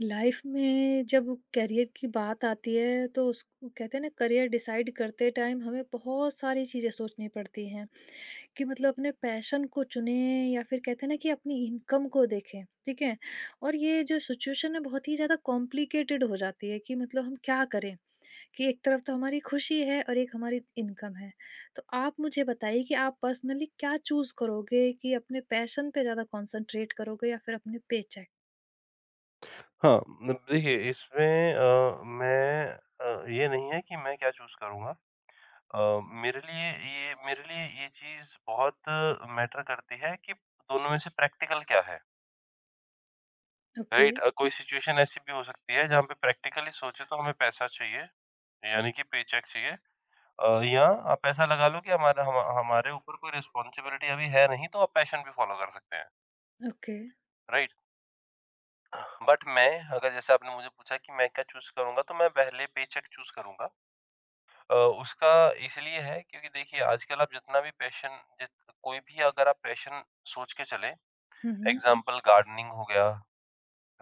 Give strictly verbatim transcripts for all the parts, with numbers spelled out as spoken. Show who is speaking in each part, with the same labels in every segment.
Speaker 1: Life में जब career की बात आती है तो उस कहते हैं ना, करियर डिसाइड करते टाइम हमें बहुत सारी चीज़ें सोचनी पड़ती हैं कि मतलब अपने पैशन को चुने या फिर कहते हैं ना कि अपनी इनकम को देखें। ठीक है। और ये जो सिचुएशन है बहुत ही ज़्यादा कॉम्प्लिकेटेड हो जाती है कि मतलब हम क्या करें कि एक तरफ तो हमारी खुशी है और एक हमारी इनकम है। तो आप मुझे बताइए कि आप पर्सनली क्या चूज़ करोगे, कि अपने पैशन पे ज़्यादा कॉन्सेंट्रेट करोगे या फिर अपने पे चेक।
Speaker 2: हाँ, न देखिए इसमें अ, मैं अ, ये नहीं है कि मैं क्या चूज़ करूँगा। अ, मेरे लिए ये मेरे लिए ये चीज़ बहुत मैटर करती है कि दोनों में से प्रैक्टिकल क्या है,
Speaker 1: ओके।
Speaker 2: राइट? अ, कोई सिचुएशन ऐसी भी हो सकती है जहाँ पे प्रैक्टिकली सोचे तो हमें पैसा चाहिए, यानी कि पेचेक चाहिए। अ, या आप ऐसा लगा लो कि हमारा हम हमारे ऊपर कोई रिस्पॉन्सिबिलिटी अभी है नहीं तो आप पैशन भी फ़ॉलो कर सकते हैं,
Speaker 1: ओके
Speaker 2: राइट? बट मैं अगर जैसे आपने मुझे पूछा कि मैं क्या चूज़ करूँगा, तो मैं पहले पेचेक चूज़ करूँगा। अ, उसका इसलिए है क्योंकि देखिए आजकल आप जितना भी पैशन जित कोई भी अगर आप पैशन सोच के चलें।
Speaker 1: हम्म
Speaker 2: एग्ज़ाम्पल गार्डनिंग हो गया,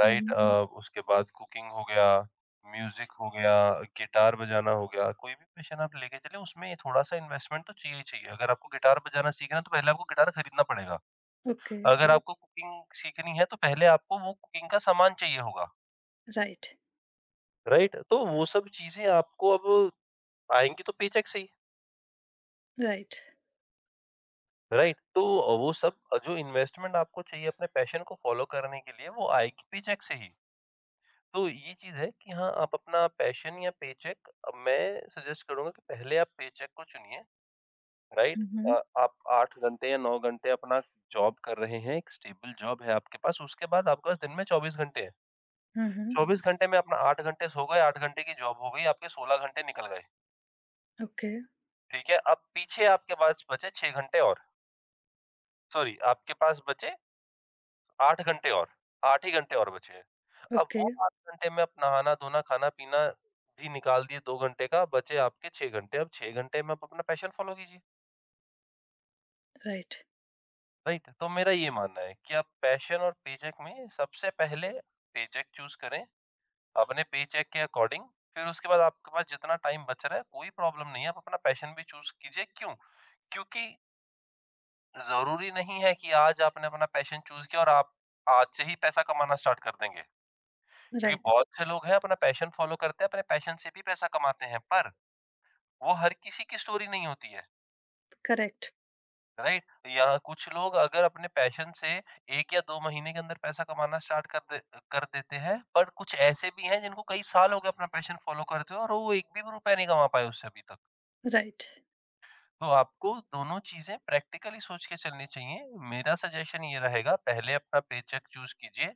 Speaker 2: राइट?
Speaker 1: हुँ,
Speaker 2: अ, हुँ। उसके बाद कुकिंग हो गया, म्यूज़िक हो गया, गिटार बजाना हो गया, कोई भी पैशन आप लेके चलें उसमें थोड़ा-सा इन्वेस्टमेंट तो चाहिए ही चाहिए। अगर आपको गिटार बजाना सीखना है तो पहले आपको गिटार खरीदना पड़ेगा।
Speaker 1: ओके,
Speaker 2: अगर हुँ। आपको कुकिंग सीखनी है तो पहले आपको वो कुकिंग का सामान चाहिए होगा,
Speaker 1: राइट,
Speaker 2: राइट? तो वो सब चीज़ें आपको अब आएँगी तो पेचेक से ही।
Speaker 1: राइट।
Speaker 2: राइट तो वो सब जो इन्वेस्टमेंट आपको चाहिए अपने पैशन को फॉलो करने के लिए वो आएगी पेचेक से ही। तो ये चीज है कि हाँ आप अपना पैशन या पेचेक मैं सजेस्ट करूंगा कि पहले आप पेचेक को चुनिए। राइट?
Speaker 1: हुँ, हुँ,
Speaker 2: आप आठ घंटे या नौ घंटे अपना जॉब कर रहे हैं, एक स्टेबल जॉब है आपके पास, उसके बाद आपके पास दिन में चौबीस घंटे हैं।
Speaker 1: हुँ, हुँ,
Speaker 2: चौबीस घंटे में अपना आठ घंटे सो गए, आठ घंटे की जॉब हो गई, आपके सोलह घंटे निकल गए।
Speaker 1: ओके,
Speaker 2: ठीक है, अब पीछे आपके पास बचे छह घंटे और सॉरी, आपके पास बचे आठ घंटे और आठ ही घंटे और बचे। अब
Speaker 1: ओके,
Speaker 2: वो आठ घंटे में आप नहाना-धोना, खाना-पीना भी निकाल दिए दो घंटे का, बचे आपके छह घंटे। अब छह घंटे में आप अपना पैशन फ़ॉलो कीजिए,
Speaker 1: राइट,
Speaker 2: राइट? तो मेरा ये मानना है कि आप पैशन और पेचेक में सबसे पहले पेचेक चूज़ करें, अपने पेचेक के अकॉर्डिंग। फिर उसके बाद आपके पास जितना टाइम बच रहा है, कोई प्रॉब्लम नहीं है, आप अपना पैशन भी चूज़ कीजिए। क्यों? क्योंकि ज़रूरी नहीं है कि आज आपने अपना पैशन चूज़ किया और आप आज से ही पैसा कमाना स्टार्ट कर देंगे। क्योंकि
Speaker 1: राइट,
Speaker 2: बहुत से लोग हैं अपना पैशन फ़ॉलो करते हैं, अपने पैशन से भी पैसा कमाते हैं। पर वो हर किसी की स्टोरी नहीं होती है,
Speaker 1: करेक्ट,
Speaker 2: राइट? या कुछ लोग अगर अपने पैशन से एक या दो महीने के अंदर पैसा कमाना स्टार्ट कर दे कर देते हैं, पर कुछ ऐसे भी हैं जिनको कई साल हो गए अपना पैशन फ़ॉलो करते हुए और वो एक भी रुपया नहीं कमा पाए उससे अभी तक।
Speaker 1: राइट।
Speaker 2: तो आपको दोनों चीज़ें प्रैक्टिकली सोच के चलनी चाहिए। मेरा सजेशन ये रहेगा, पहले अपना पेचेक चूज़ कीजिए,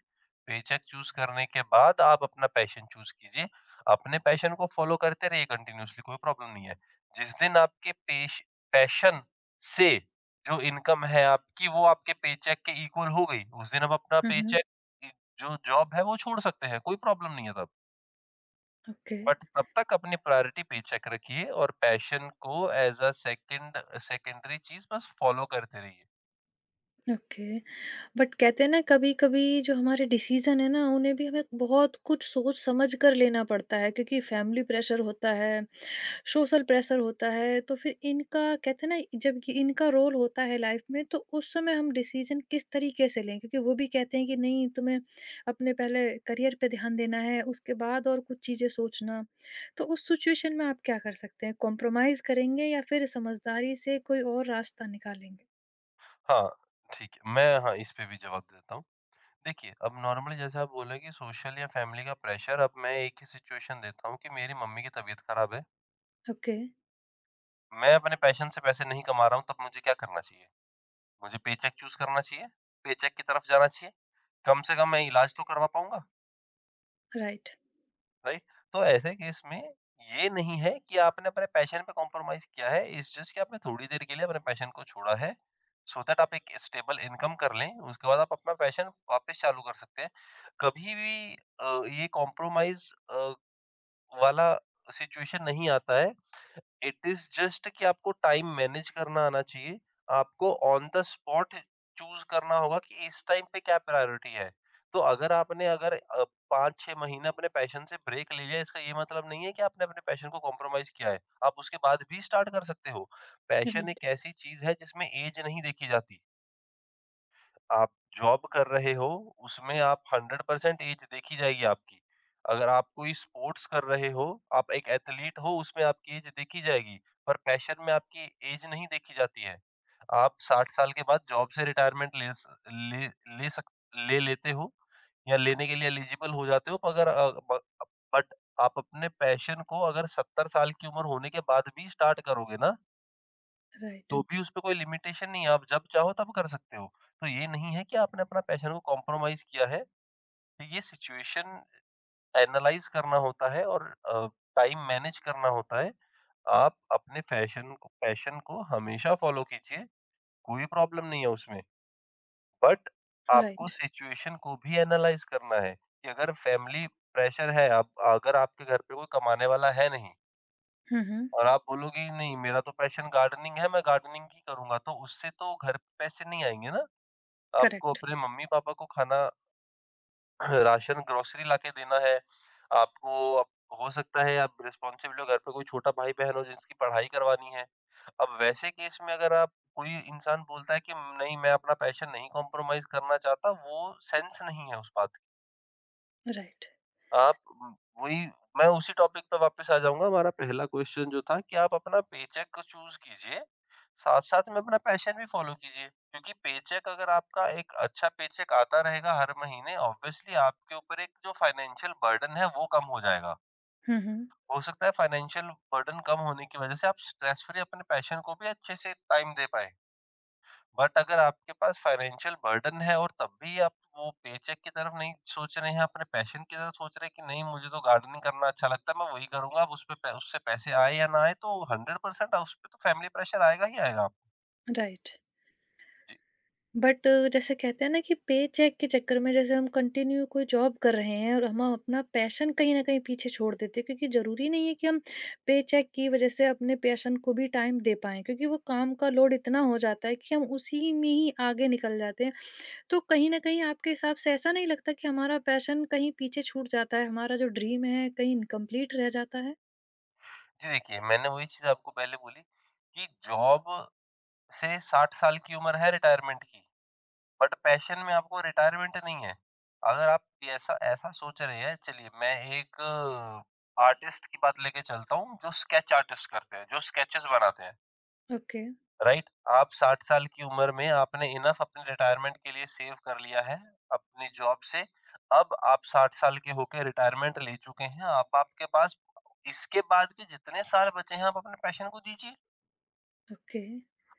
Speaker 2: पेचेक चूज़ करने के बाद आप अपना पैशन चूज़ कीजिए। अपने पैशन को फ़ॉलो करते रहिए कंटिन्यूअसली, कोई प्रॉब्लम नहीं है। जिस दिन आपके पेश पैशन से जो इनकम है आपकी वो आपके पेचेक के इक्वल हो गई, उस दिन आप अपना
Speaker 1: हुँ, हुँ,
Speaker 2: पेचेक, इ जो जॉब है वो छोड़ सकते हैं, कोई प्रॉब्लम नहीं है तब।
Speaker 1: ओके,
Speaker 2: बट तब तक अपनी प्रायोरिटी पेचेक रखिए और पैशन को एज अ सेकंड सेकेंडरी चीज बस फॉलो करते रहिए।
Speaker 1: ओके। बट कहते हैं ना, कभी-कभी जो हमारे डिसीज़न है ना, उन्हें भी हमें बहुत कुछ सोच समझ कर लेना पड़ता है, क्योंकि फैमिली प्रेशर होता है, सोशल प्रेशर होता है। तो फिर इनका कहते हैं ना, जब ये इनका रोल होता है लाइफ में, तो उस समय हम डिसीजन किस तरीके से लें? क्योंकि वो भी कहते हैं कि नहीं, तुम्हें अपने पहले करियर पे ध्यान देना है, उसके बाद और कुछ चीजें सोचना। तो उस सिचुएशन में आप क्या कर सकते हैं? कॉम्प्रोमाइज करेंगे या फिर समझदारी से कोई और रास्ता निकालेंगे?
Speaker 2: हाँ, ठीक है, मैं हाँ, इस पे भी जवाब देता हूँ। देखिए, अब नॉर्मली जैसे आप बोले कि सोशल या फैमिली का प्रेशर, अब मैं एक ही सिचुएशन देता हूँ कि मेरी मम्मी की तबीयत खराब है।
Speaker 1: ओके।
Speaker 2: मैं अपने पैशन से पैसे नहीं कमा रहा हूँ, तब मुझे क्या करना चाहिए? मुझे पेचेक चूज़ करना चाहिए? पेचेक की तरफ जाना चाहिए? कम से कम मैं इलाज तो करवा पाऊँगा।
Speaker 1: Right
Speaker 2: right? तो ऐसे केस में ये नहीं है कि आपने अपने पैशन पे कॉम्प्रोमाइज़ किया है, इट्स जस्ट कि आपने थोड़ी देर के लिए अपने पैशन को छोड़ा है, सो so दैट आप एक स्टेबल इनकम कर लें, उसके बाद आप अपना पैशन वापस चालू कर सकते हैं। कभी भी अ, ये कॉम्प्रोमाइज़ अ, वाला सिचुएशन नहीं आता है। इट इज़ जस्ट कि आपको टाइम मैनेज करना आना चाहिए। आपको ऑन द स्पॉट चूज़ करना होगा कि इस टाइम पे क्या प्रायोरिटी है। तो अगर आपने अगर अ, पाँच छह महीने अपने पैशन से ब्रेक ले लिया, इसका ये मतलब नहीं है कि आपने अपने पैशन को कॉम्प्रोमाइज़ किया है। आप उसके बाद भी स्टार्ट कर सकते हो। पैशन
Speaker 1: राइट
Speaker 2: एक ऐसी चीज़ है जिसमें ऐज नहीं देखी जाती। आप जॉब कर रहे हो, उसमें आप हंड्रेड परसेंट एज देखी जाएगी आपकी। अगर आप कोई स्पोर्ट्स कर रहे हो, आप एक एथलीट हो, उसमें आपकी एज देखी जाएगी, पर पैशन में आपकी एज नहीं देखी जाती है। आप साठ साल के बाद जॉब से रिटायरमेंट ले स ले ले सक ले लेते हो या लेने के लिए एलिजिबल हो जाते हो, मगर अ, ब बट आप अपने पैशन को अगर सत्तर साल की उम्र होने के बाद भी स्टार्ट करोगे ना,
Speaker 1: राइट
Speaker 2: तो भी उसपे कोई लिमिटेशन नहीं है, आप जब चाहो तब कर सकते हो। तो ये नहीं है कि आपने अपना पैशन को कॉम्प्रोमाइज़ किया है, तो ये सिचुएशन एनालाइज़ करना होता है और अ, टाइम मैनेज करना होता है। आप अपने फैशन को पैशन को हमेशा फ़ॉलो कीजिए, कोई प्रॉब्लम नहीं है उसमें। बट आपको
Speaker 1: राइट
Speaker 2: सिचुएशन को भी एनालाइज़ करना है कि अगर फैमिली प्रेशर है, आप अगर आपके घर पे कोई कमाने वाला है नहीं
Speaker 1: हम्म हम्म
Speaker 2: और आप बोलोगे नहीं मेरा तो पैशन गार्डनिंग है, मैं गार्डनिंग ही करूँगा, तो उससे तो घर पे पैसे नहीं आएँगे ना। आपको
Speaker 1: करेक्ट
Speaker 2: अपने मम्मी-पापा को खाना राशन ग्रोसरी लाके देना है, आपको अप हो सकता है आप रिस्पॉन्सिबल हो, घर पे कोई छोटा भाई-बहन हो जिसकी पढ़ाई करवानी है। अब वैसे केस में अगर आप कोई इंसान बोलता है कि नहीं मैं अपना पैशन नहीं कॉम्प्रोमाइज़ करना चाहता, वो सेंस नहीं है उस बात।
Speaker 1: राइट
Speaker 2: आप उम, वही मैं उसी टॉपिक पे वापस आ जाऊँगा, हमारा पहला क्वेश्चन जो था कि आप अपना पेचेक को चूज़ कीजिए, साथ-साथ में अपना पैशन भी फ़ॉलो कीजिए। क्योंकि पेचेक अगर आपका एक अच्छा पेचेक आता रहेगा हर महीने ऑब्वियसली आपके ऊपर एक जो फाइनेंशियल बर्डन है वो कम हो जाएगा।
Speaker 1: हम्म हम्म
Speaker 2: हो सकता है फाइनेंशियल बर्डन कम होने की वज़ह से आप स्ट्रेस फ्री अपने पैशन को भी अच्छे से टाइम दे पाएँ। बट अगर आपके पास फाइनेंशियल बर्डन है और तब भी आप वो पेचेक की तरफ नहीं सोच रहे हैं, अपने पैशन की तरफ सोच रहे हैं कि नहीं मुझे तो गार्डनिंग करना अच्छा लगता है, मैं वही करूँगा। अब उसपे पै उससे पैसे आए या ना आए तो हंड्रेड परसेंट उसपे तो फैमिली प्रेशर आएगा ही आएगा आपको।
Speaker 1: राइट
Speaker 2: जी,
Speaker 1: बट जैसे कहते हैं ना कि पे चेक के चक्कर में जैसे हम कंटिन्यू कोई जॉब कर रहे हैं, और हम अपना पैशन कहीं ना कहीं पीछे छोड़ देते हैं, क्योंकि जरूरी नहीं है कि हम पे चेक की वजह से अपने पैशन को भी टाइम दे पाएं, क्योंकि वो काम का लोड इतना हो जाता है कि हम उसी में ही आगे निकल जाते हैं। तो कहीं ना कहीं आपके हिसाब से ऐसा नहीं लगता कि हमारा पैशन कहीं पीछे छूट जाता है, हमारा जो ड्रीम है कहीं इनकम्प्लीट रह जाता है?
Speaker 2: जी देखिए मैंने वही चीज़ आपको पहले बोली कि जॉब से साठ साल की उम्र है रिटायरमेंट की। बट पैशन में आपको रिटायरमेंट नहीं है। अगर आप ये ऐसा ऐसा सोच रहे हैं चलिए मैं एक आर्टिस्ट की बात लेके चलता हूँ जो स्केच आर्टिस्ट करते हैं, जो स्केचेस बनाते हैं,
Speaker 1: ओके।
Speaker 2: राइट? आप साठ साल की उम्र में आपने इनफ अपने रिटायरमेंट के लिए सेव कर लिया है अपनी जॉब से। अब आप साठ साल के होके रिटायरमेंट ले चुके हैं। आप आपके पास इसके बाद के जितने साल बचे हैं आप अपने पैशन को दीजिए।
Speaker 1: ओके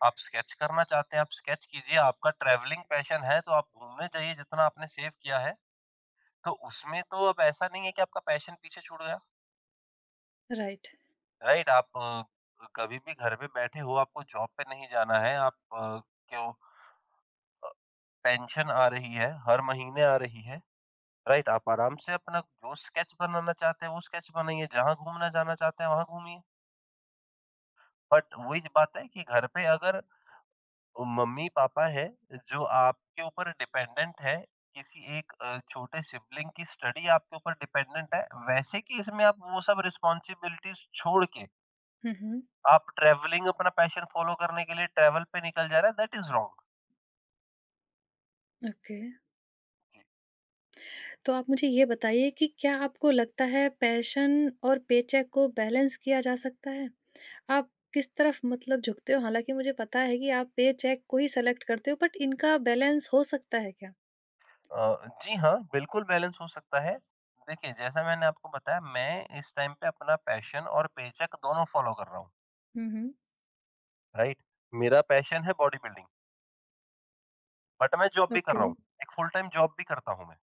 Speaker 2: आप स्केच करना चाहते हैं, आप स्केच कीजिए। आपका ट्रैवलिंग पैशन है तो आप घूमने जाइए जितना आपने सेव किया है। तो उसमें तो अब ऐसा नहीं है कि आपका पैशन पीछे छूट गया,
Speaker 1: राइट
Speaker 2: राइट? आप अ, कभी भी घर में बैठे हो, आपको जॉब पे नहीं जाना है, आप अ, क्यों अ, पेंशन आ रही है, हर महीने आ रही है, राइट? आप आराम से अपना जो स्केच बनाना चाहते हैं, वो स्केच बनाइए, जहाँ घूमना जाना चाहते हैं, वहाँ घूमिए। बट वही बात है कि घर पे अगर मम्मी-पापा हैं, जो आपके ऊपर डिपेंडेंट है, किसी एक अ, छोटे सिबलिंग की स्टडी आपके ऊपर डिपेंडेंट है, वैसे कि इसमें आप वो सब रिस्पॉन्सिबिलिटीज़ छोड़ के
Speaker 1: हम्म
Speaker 2: आप ट्रैवलिंग अपना पैशन फ़ॉलो करने के लिए ट्रैवल पे निकल जा रहा है दैट इज़ रॉन्ग।
Speaker 1: ओके
Speaker 2: जी।
Speaker 1: तो आप मुझे ये बताइए कि क्या आपको लगता है पैशन और पेचेक को बैलेंस किया जा सकता है? आप किस तरफ मतलब झुकते हो? हालाँकि मुझे पता है कि आप पेचेक को ही सेलेक्ट करते हो, बट इनका बैलेंस हो सकता है क्या?
Speaker 2: अ, जी हाँ, बिल्कुल बैलेंस हो सकता है। देखिए जैसा मैंने आपको बताया मैं इस टाइम पे अपना पैशन और पेचेक दोनों फ़ॉलो कर रहा हूँ,
Speaker 1: हुँ, हुँ।
Speaker 2: राइट? मेरा पैशन है बॉडी बिल्डिंग, बट मैं जॉब भी कर रहा
Speaker 1: ओके।
Speaker 2: हूँ। एक फुल टाइम जॉब भी करता हूँ मैं।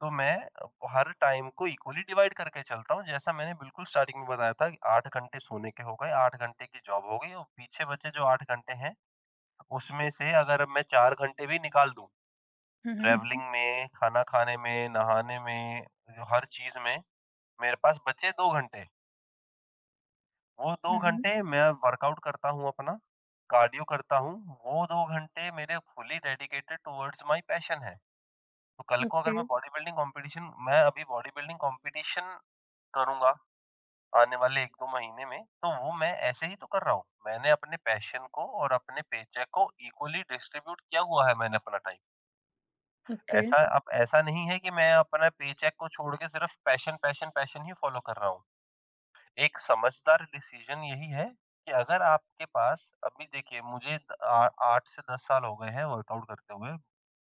Speaker 2: तो मैं अ, हर टाइम को इक्वली डिवाइड करके चलता हूँ, जैसा मैंने बिल्कुल स्टार्टिंग में बताया था कि आठ घंटे सोने के हो गए, आठ घंटे की जॉब हो गई, और पीछे बचे जो आठ घंटे हैं, उसमें से अगर मैं चार घंटे भी निकाल दूँ
Speaker 1: हुँ, हुँ।
Speaker 2: ट्रैवलिंग में, खाना खाने में, नहाने में, हर चीज़ में, मेरे पास बचे दो घंटे। वो दो
Speaker 1: हुँ, हुँ।
Speaker 2: घंटे मैं वर्कआउट करता हूँ अपना, कार्डियो करता हूँ। वो दो घंटे मेरे fully dedicated towards my passion है। तो कल को अगर
Speaker 1: ओके,
Speaker 2: मैं बॉडी बिल्डिंग कॉम्पिटिशन, मैं अभी बॉडी बिल्डिंग कॉम्पिटिशन करूँगा आने वाले एक से दो महीने में, तो वो मैं ऐसे ही तो कर रहा हूँ। मैंने अपने पैशन को और अपने पेचेक को इक्वली डिस्ट्रीब्यूट किया हुआ है, मैंने अपना टाइम।
Speaker 1: ओके।
Speaker 2: ऐसा, अब ऐसा नहीं है कि मैं अपना पेचेक को छोड़ के सिर्फ पैशन, पैशन, पैशन ही फ़ॉलो कर रहा हूँ। एक समझदार डिसीज़न यही है कि अगर आपके पास अभी, देखिए मुझे द आ आठ से दस साल हो गए हैं वर्कआउट करते हुए,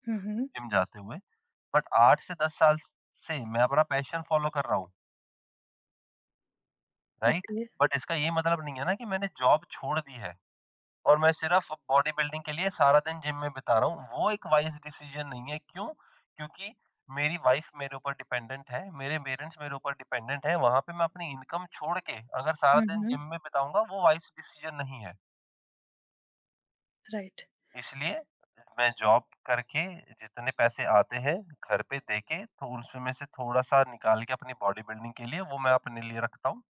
Speaker 1: हुँ, हुँ।
Speaker 2: जिम जाते हुए, बट आठ से दस साल स से मैं अपना पैशन फ़ॉलो कर रहा हूँ, राइट?
Speaker 1: ओके।
Speaker 2: बट इसका ये मतलब नहीं है ना कि मैंने जॉब छोड़ दी है, और मैं सिर्फ़ बॉडी बिल्डिंग के लिए सारा दिन जिम में बिता रहा हूँ, वो एक वाइज़ डिसीज़न नहीं है, क्यों? क्योंकि मेरी वाइफ़ मेरे ऊपर डिपेंडेंट है, मेरे पेरेंट्स मेरे ऊपर डिपेंडेंट हैं, वहाँ पे मैं अपनी इनकम छोड़ के अगर सारा
Speaker 1: हुँ,
Speaker 2: दिन
Speaker 1: हुँ।
Speaker 2: जिम में बिताऊँगा, वो वाइज़ डिसीज़न नहीं है।
Speaker 1: राइट।
Speaker 2: इसलिए मैं जॉब करके जितने पैसे आते हैं, घर पे देके, तो उसमें में से थोड़ा-सा निकाल के अपनी बॉडी बिल्डिंग के लिए वो मैं अपने लिए रखता हूँ।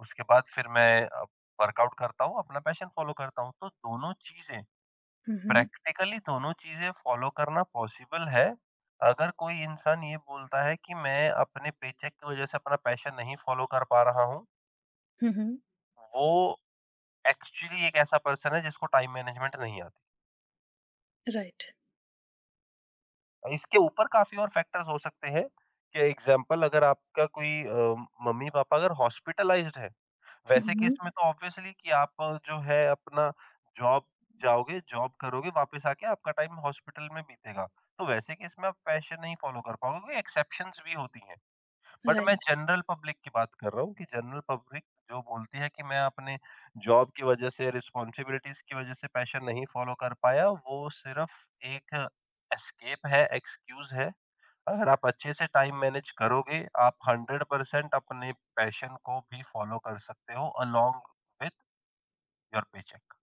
Speaker 2: उसके बाद फिर मैं अ, वर्कआउट करता हूँ, अपना पैशन फ़ॉलो करता हूँ, तो दोनों चीज़ें,
Speaker 1: हुँ, हुँ।
Speaker 2: प्रैक्टिकली दोनों चीज़ें फ़ॉलो करना पॉसिबल है। अगर कोई इंसान ये बोलता है कि मैं अपने पेचेक की वज़ह से अपना पैशन नहीं फ़ॉलो कर पा रहा हूँ,
Speaker 1: हुँ, हुँ।
Speaker 2: वो एक्चुअली एक ऐसा पर्सन है जिसको टाइम मैनेजमेंट नहीं आती।
Speaker 1: राइट।
Speaker 2: इसके ऊपर काफ़ी और फैक्टर्स हो सकते हैं कि एग्ज़ाम्पल, अगर आपका कोई अ, मम्मी-पापा अगर हॉस्पिटलाइज़्ड है,
Speaker 1: हुँ,
Speaker 2: वैसे केस
Speaker 1: हुँ।
Speaker 2: में तो ऑब्वियसली कि आप जो है अपना जॉब जाओगे, जॉब करोगे, वापस आके आपका टाइम हॉस्पिटल में बीतेगा। तो वैसे केस में आप पैशन नहीं फ़ॉलो कर पाओगे, क्योंकि एक्सेप्शंस भी होती हैं। बट मैं
Speaker 1: राइट।
Speaker 2: जनरल पब्लिक की बात कर रहा हूँ कि जनरल पब्लिक जो बोलती है कि मैं अपने जॉब की वज़ह से, रिस्पॉन्सिबिलिटीज़ की वज़ह से पैशन नहीं फ़ॉलो कर पाया, वो सिर्फ़ एक एस्केप है, एक्सक्यूज़ है। अगर आप अच्छे से टाइम मैनेज करोगे, आप हंड्रेड परसेंट अपने पैशन को भी फ़ॉलो कर सकते हो along with your paycheck.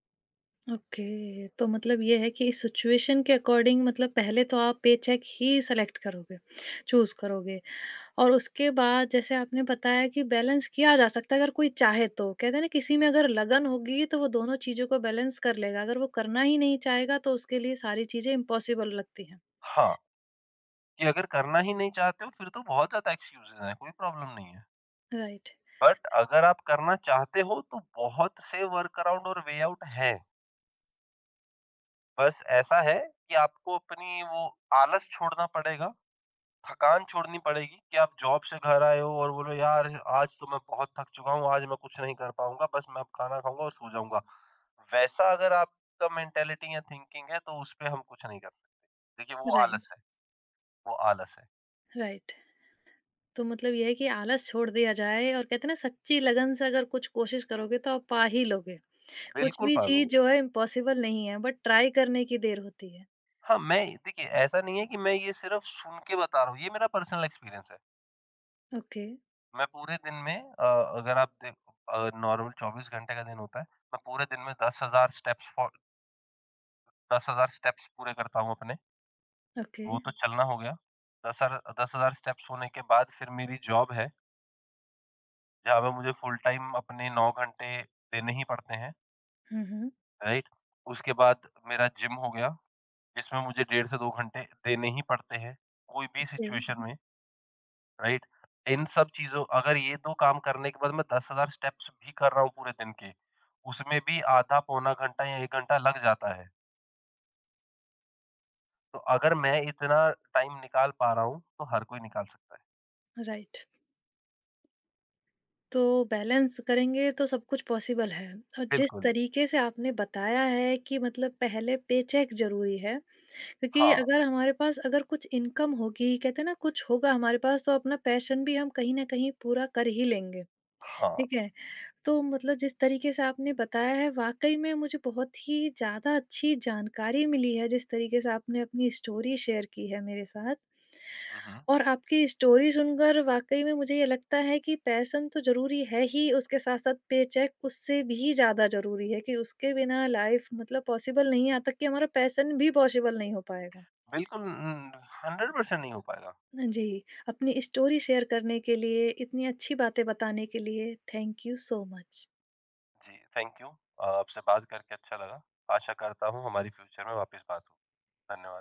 Speaker 1: Okay. तो मतलब ये है कि इस सिचुएशन के अकॉर्डिंग, मतलब पहले तो आप पेचेक ही सेलेक्ट करोगे, चूज़ करोगे। और उसके बाद जैसे आपने बताया कि बैलेंस किया जा सकता है अगर कोई चाहे तो। कहते हैं ना, किसी में अगर लगन होगी तो वो दोनों चीज़ों को बैलेंस कर लेगा, अगर वो करना ही नहीं चाहेगा तो उसके लिए सारी चीज़ें इम्पॉसिबल लगती हैं।
Speaker 2: हाँ, कि अगर करना ही नहीं चाहते हो फिर तो बहुत ज़्यादा एक्सक्यूज़ेज़ हैं, कोई प्रॉब्लम नहीं है।
Speaker 1: राइट,
Speaker 2: बट अगर आप करना चाहते हो तो बहुत से वर्क अराउंड और वे आउट हैं। बस ऐसा है कि आपको अपनी वो आलस छोड़ना पड़ेगा, थकान छोड़नी पड़ेगी, कि आप जॉब से घर आए हो और बोलो, यार आज तो मैं बहुत थक चुका हूँ, आज मैं कुछ नहीं कर पाऊँगा, बस मैं अब खाना खाऊँगा और सो जाऊँगा। वैसा अगर आपका मेंटालिटी या थिंकिंग है तो उसपे हम कुछ नहीं कर सकते। देखिए, वो
Speaker 1: राइट,
Speaker 2: आलस है, वो आलस है।
Speaker 1: राइट। तो मतलब ये है कि आलस छोड़ दिया जाए, और कहते हैं ना सच्ची लगन से अगर कुछ कोशिश करोगे तो आप पा ही लोगे। कुछ
Speaker 2: बिल्कुल
Speaker 1: भी
Speaker 2: पालूँगा।
Speaker 1: चीज़ जो है इम्पॉसिबल नहीं है, बट ट्राई करने की देर होती है।
Speaker 2: हाँ, मैं देखिए ऐसा नहीं है कि मैं ये सिर्फ़ सुन के बता रहा हूँ, ये मेरा पर्सनल एक्सपीरियंस है।
Speaker 1: ओके।
Speaker 2: मैं पूरे दिन में अ, अगर आप दे अ, नॉर्मल चौबीस घंटे का दिन होता है, मैं पूरे दिन में दस हज़ार स्टेप्स फॉर दस हज़ार स्टेप्स पूरे करता हूँ अपने।
Speaker 1: ओके।
Speaker 2: वो तो चलना हो गया। दस हज़ार दस हज़ार स्टेप्स होने के बाद फिर मेरी जॉब है, जहाँ पे मुझे फुल टाइम अपने नौ घंटे देने ही पड़ते हैं,
Speaker 1: हुँ, हुँ।
Speaker 2: राइट? उसके बाद मेरा जिम हो गया, जिसमें मुझे डेढ़ से दो घंटे देने ही पड़ते हैं, कोई भी
Speaker 1: ओके,
Speaker 2: सिचुएशन में, राइट? इन सब चीज़ों, अगर ये दो काम करने के बाद मैं दस हज़ार स्टेप्स भी कर रहा हूँ पूरे दिन के, उसमें भी आधा पौना घंटा या एक घंटा लग जाता है। तो अगर मैं इतना टाइम निकाल पा रहा हूँ, तो हर कोई निकाल सकता है।
Speaker 1: राइट। तो बैलेंस करेंगे तो सब कुछ पॉसिबल है, और जिस
Speaker 2: बिल्कुल।
Speaker 1: तरीके से आपने बताया है कि मतलब पहले पेचेक ज़रूरी है, क्योंकि
Speaker 2: हाँ,
Speaker 1: अगर हमारे पास अगर कुछ इनकम होगी, कहते हैं ना कुछ होगा हमारे पास, तो अपना पैशन भी हम कहीं न कहीं पूरा कर ही लेंगे। ठीक
Speaker 2: हाँ।
Speaker 1: है? तो मतलब जिस तरीके से आपने बताया है वाक़ई में मुझे बहुत ही ज़्यादा अच्छी जानकारी मिली है, जिस तरीके से आपने अपनी स्टोरी शेयर की है मेरे साथ।
Speaker 2: हुँ, हुँ।
Speaker 1: और आपकी स्टोरी सुनकर वाक़ई में मुझे ये लगता है कि पैशन तो ज़रूरी है ही, उसके साथ-साथ पेचेक उससे भी ज़्यादा ज़रूरी है, कि उसके बिना लाइफ़ मतलब पॉसिबल नहीं, यहाँ तक कि हमारा पैशन भी पॉसिबल नहीं हो पाएगा।
Speaker 2: बिल्कुल उम, हंड्रेड परसेंट नहीं हो पाएगा।
Speaker 1: हाँ जी, अपनी स्टोरी शेयर करने के लिए, इतनी अच्छी बातें बताने के लिए थैंक यू सो मच।
Speaker 2: जी, थैंक यू। अ, आपसे बात करके अच्छा लगा। आशा करता हूँ हमारी फ्यूचर में वापस बात हो। धन्यवाद।